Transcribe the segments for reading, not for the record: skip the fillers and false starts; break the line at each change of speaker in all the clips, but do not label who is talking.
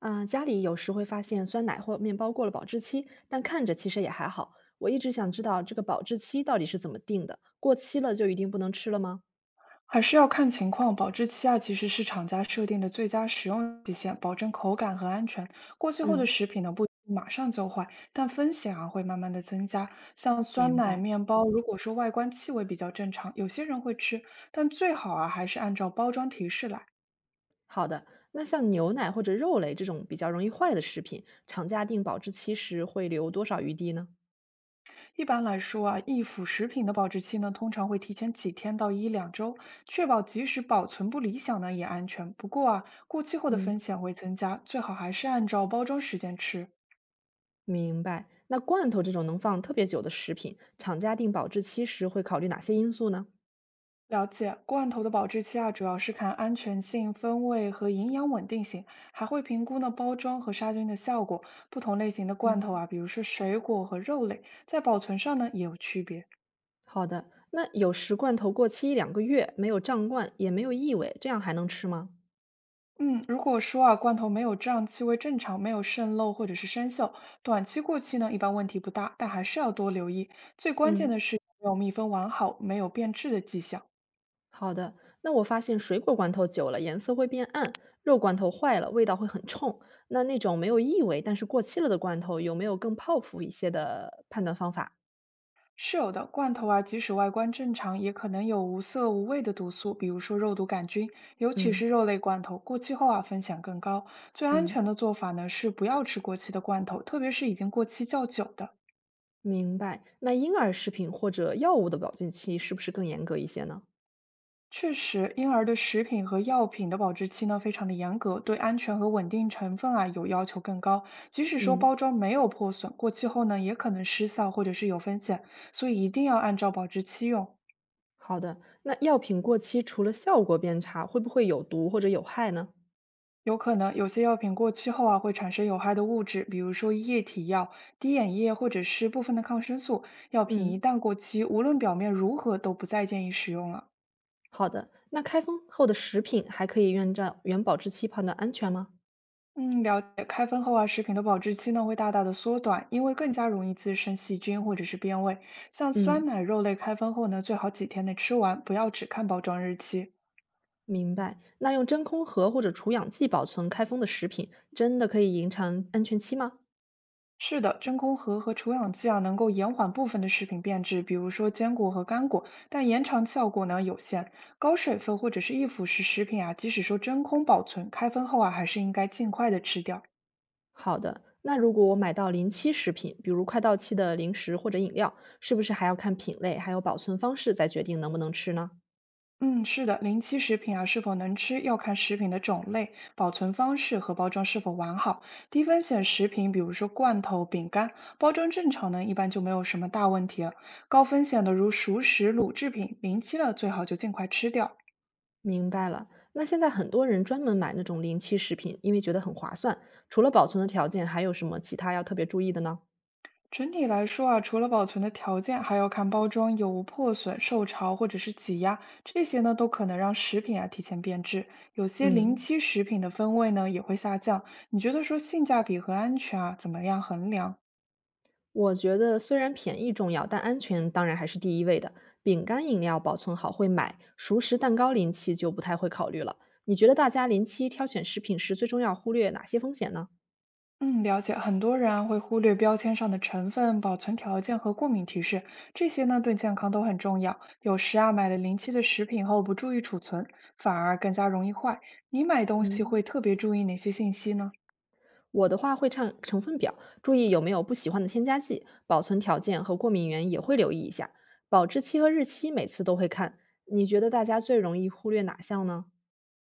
嗯，家里有时会发现酸奶或面包过了保质期，但看着其实也还好。我一直想知道这个保质期到底是怎么定的，过期了就一定不能吃了吗？
还是要看情况，保质期啊，其实是厂家设定的最佳使用期限，保证口感和安全。过期后的
嗯，
食品呢，不一定马上就坏，但风险啊会慢慢的增加。像酸
明
奶、
白。
面包，如果说外观气味比较正常，有些人会吃，但最好啊还是按照包装提示来。
好的，那像牛奶或者肉类这种比较容易坏的食品，厂家定保质期时会留多少余地呢？
一般来说啊，易腐食品的保质期呢，通常会提前几天到1~2周，确保即使保存不理想呢也安全。不过啊，过期后的风
嗯，
险会增加，最好还是按照包装时间吃。
明白。那罐头这种能放特别久的食品，厂家定保质期时会考虑哪些因素呢？
了解，罐头的保质期啊，主要是看安全性、风味和营养稳定性，还会评估呢包装和杀菌的效果。不同类型的罐头
嗯，
啊，比如说水果和肉类，在保存上呢也有区别。
好的。那有时罐头过期一两个月，没有胀罐，也没有异味，这样还能吃吗？
嗯，如果说啊罐头没有胀气味正常，没有渗漏或者是生锈，短期过期呢一般问题不大，但还是要多留意。最关键
嗯，
的是有没有密封完好，没有变质的迹象。
好的。那我发现水果罐头久了颜色会变暗，肉罐头坏了味道会很冲。那那种没有异味但是过期了的罐头，有没有更靠谱一些的判断方法？
是有的，罐头啊，即使外观正常，也可能有无色无味的毒素，比如说肉毒杆菌，尤其
嗯
是肉类罐头，过期后啊风险更高。最安
嗯，
全的做法呢是不要吃过期的罐头，特别是已经过期较久的。
明白。那婴儿食品或者药物的保质期是不是更严格一些呢？
确实，婴儿的食品和药品的保质期呢非常的严格，对安全和稳定成分啊有要求更高。即使说
嗯，
包装没有破损，过期后呢也可能失效或者是有风险，所以一定要按照保质期用。
好的。那药品过期除了效果变差，会不会有毒或者有害呢？
有可能有些药品过期后啊，会产生有害的物质，比如说液体药、滴眼液或者是部分的抗生素。药品一
嗯，
旦过期，无论表面如何，都不再建议使用了。
好的。那开封后的食品还可以按照原保质期判断安全吗？
嗯，了解。开封后啊，食品的保质期呢会大大的缩短，因为更加容易滋生细菌或者是变味。像酸
嗯。
奶、肉类开封后呢，最好几天内吃完，不要只看包装日期。
明白。那用真空盒或者除氧剂保存开封的食品，真的可以延长安全期吗？
是的，真空盒和除氧剂啊，能够延缓部分的食品变质，比如说坚果和干果，但延长效果呢有限。高水分或者是易腐蚀食品啊，即使说真空保存，开封后啊，还是应该尽快的吃掉。
好的，那如果我买到临期食品，比如快到期的零食或者饮料，是不是还要看品类还有保存方式再决定能不能吃呢？
嗯，是的，临期食品啊，是否能吃要看食品的种类、保存方式和包装是否完好。低风险食品，比如说罐头、饼干，包装正常呢，一般就没有什么大问题了。高风险的如熟食、卤制品，临期了最好就尽快吃掉。
明白了。那现在很多人专门买那种临期食品，因为觉得很划算。除了保存的条件，还有什么其他要特别注意的呢？
整体来说啊，除了保存的条件，还要看包装有无破损、受潮或者是挤压，这些呢都可能让食品啊提前变质。有些临
嗯，
期食品的风味呢也会下降。你觉得说性价比和安全啊怎么样衡量？
我觉得虽然便宜重要，但安全当然还是第一位的。饼干、饮料保存好会买，熟食、蛋糕、临期就不太会考虑了。你觉得大家临期挑选食品时，最重要忽略哪些风险呢？
嗯，了解。很多人啊会忽略标签上的成分、保存条件和过敏提示，这些呢对健康都很重要。有时啊买了临期的食品后不注意储存，反而更加容易坏。你买东西会
嗯，
特别注意哪些信息呢？
我的话会看成分表，注意有没有不喜欢的添加剂，保存条件和过敏源也会留意一下。保质期和日期每次都会看。你觉得大家最容易忽略哪项呢？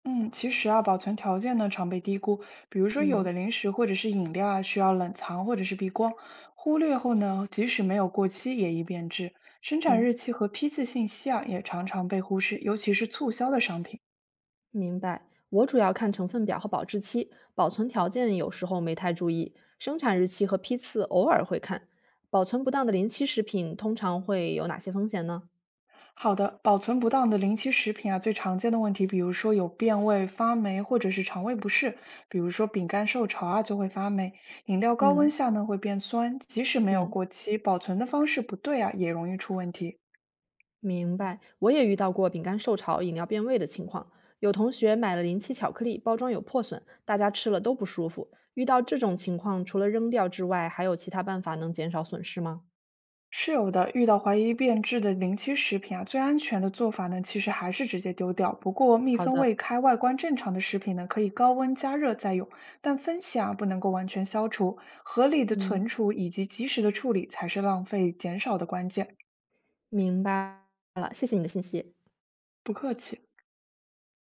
嗯，其实啊，保存条件呢常被低估，比如说有的
嗯
零食或者是饮料啊，需要冷藏或者是避光，忽略后呢，即使没有过期也易变质。生产日
嗯。
期和批次信息啊，也常常被忽视，尤其是促销的商品。
明白，我主要看成分表和保质期，保存条件有时候没太注意，生产日期和批次偶尔会看。保存不当的临期食品通常会有哪些风险呢？
好的，保存不当的临期食品啊，最常见的问题，比如说有变味、发霉或者是肠胃不适，比如说饼干受潮啊就会发霉，饮料高温
嗯
下呢会变酸，即使没有
嗯，
过期，保存的方式不对啊，也容易出问题。
明白。我也遇到过饼干受潮、饮料变味的情况，有同学买了临期巧克力，包装有破损，大家吃了都不舒服。遇到这种情况，除了扔掉之外，还有其他办法能减少损失吗？
是有的，遇到怀疑变质的临期食品啊，最安全的做法呢，其实还是直接丢掉。不过密
好
封
的，
未开、外观正常的食品呢，可以高温加热再用，但分析啊不能够完全消除，合理的
嗯，
存储以及及时的处理才是浪费减少的关键。
明白了，谢谢你的信息。
不客气。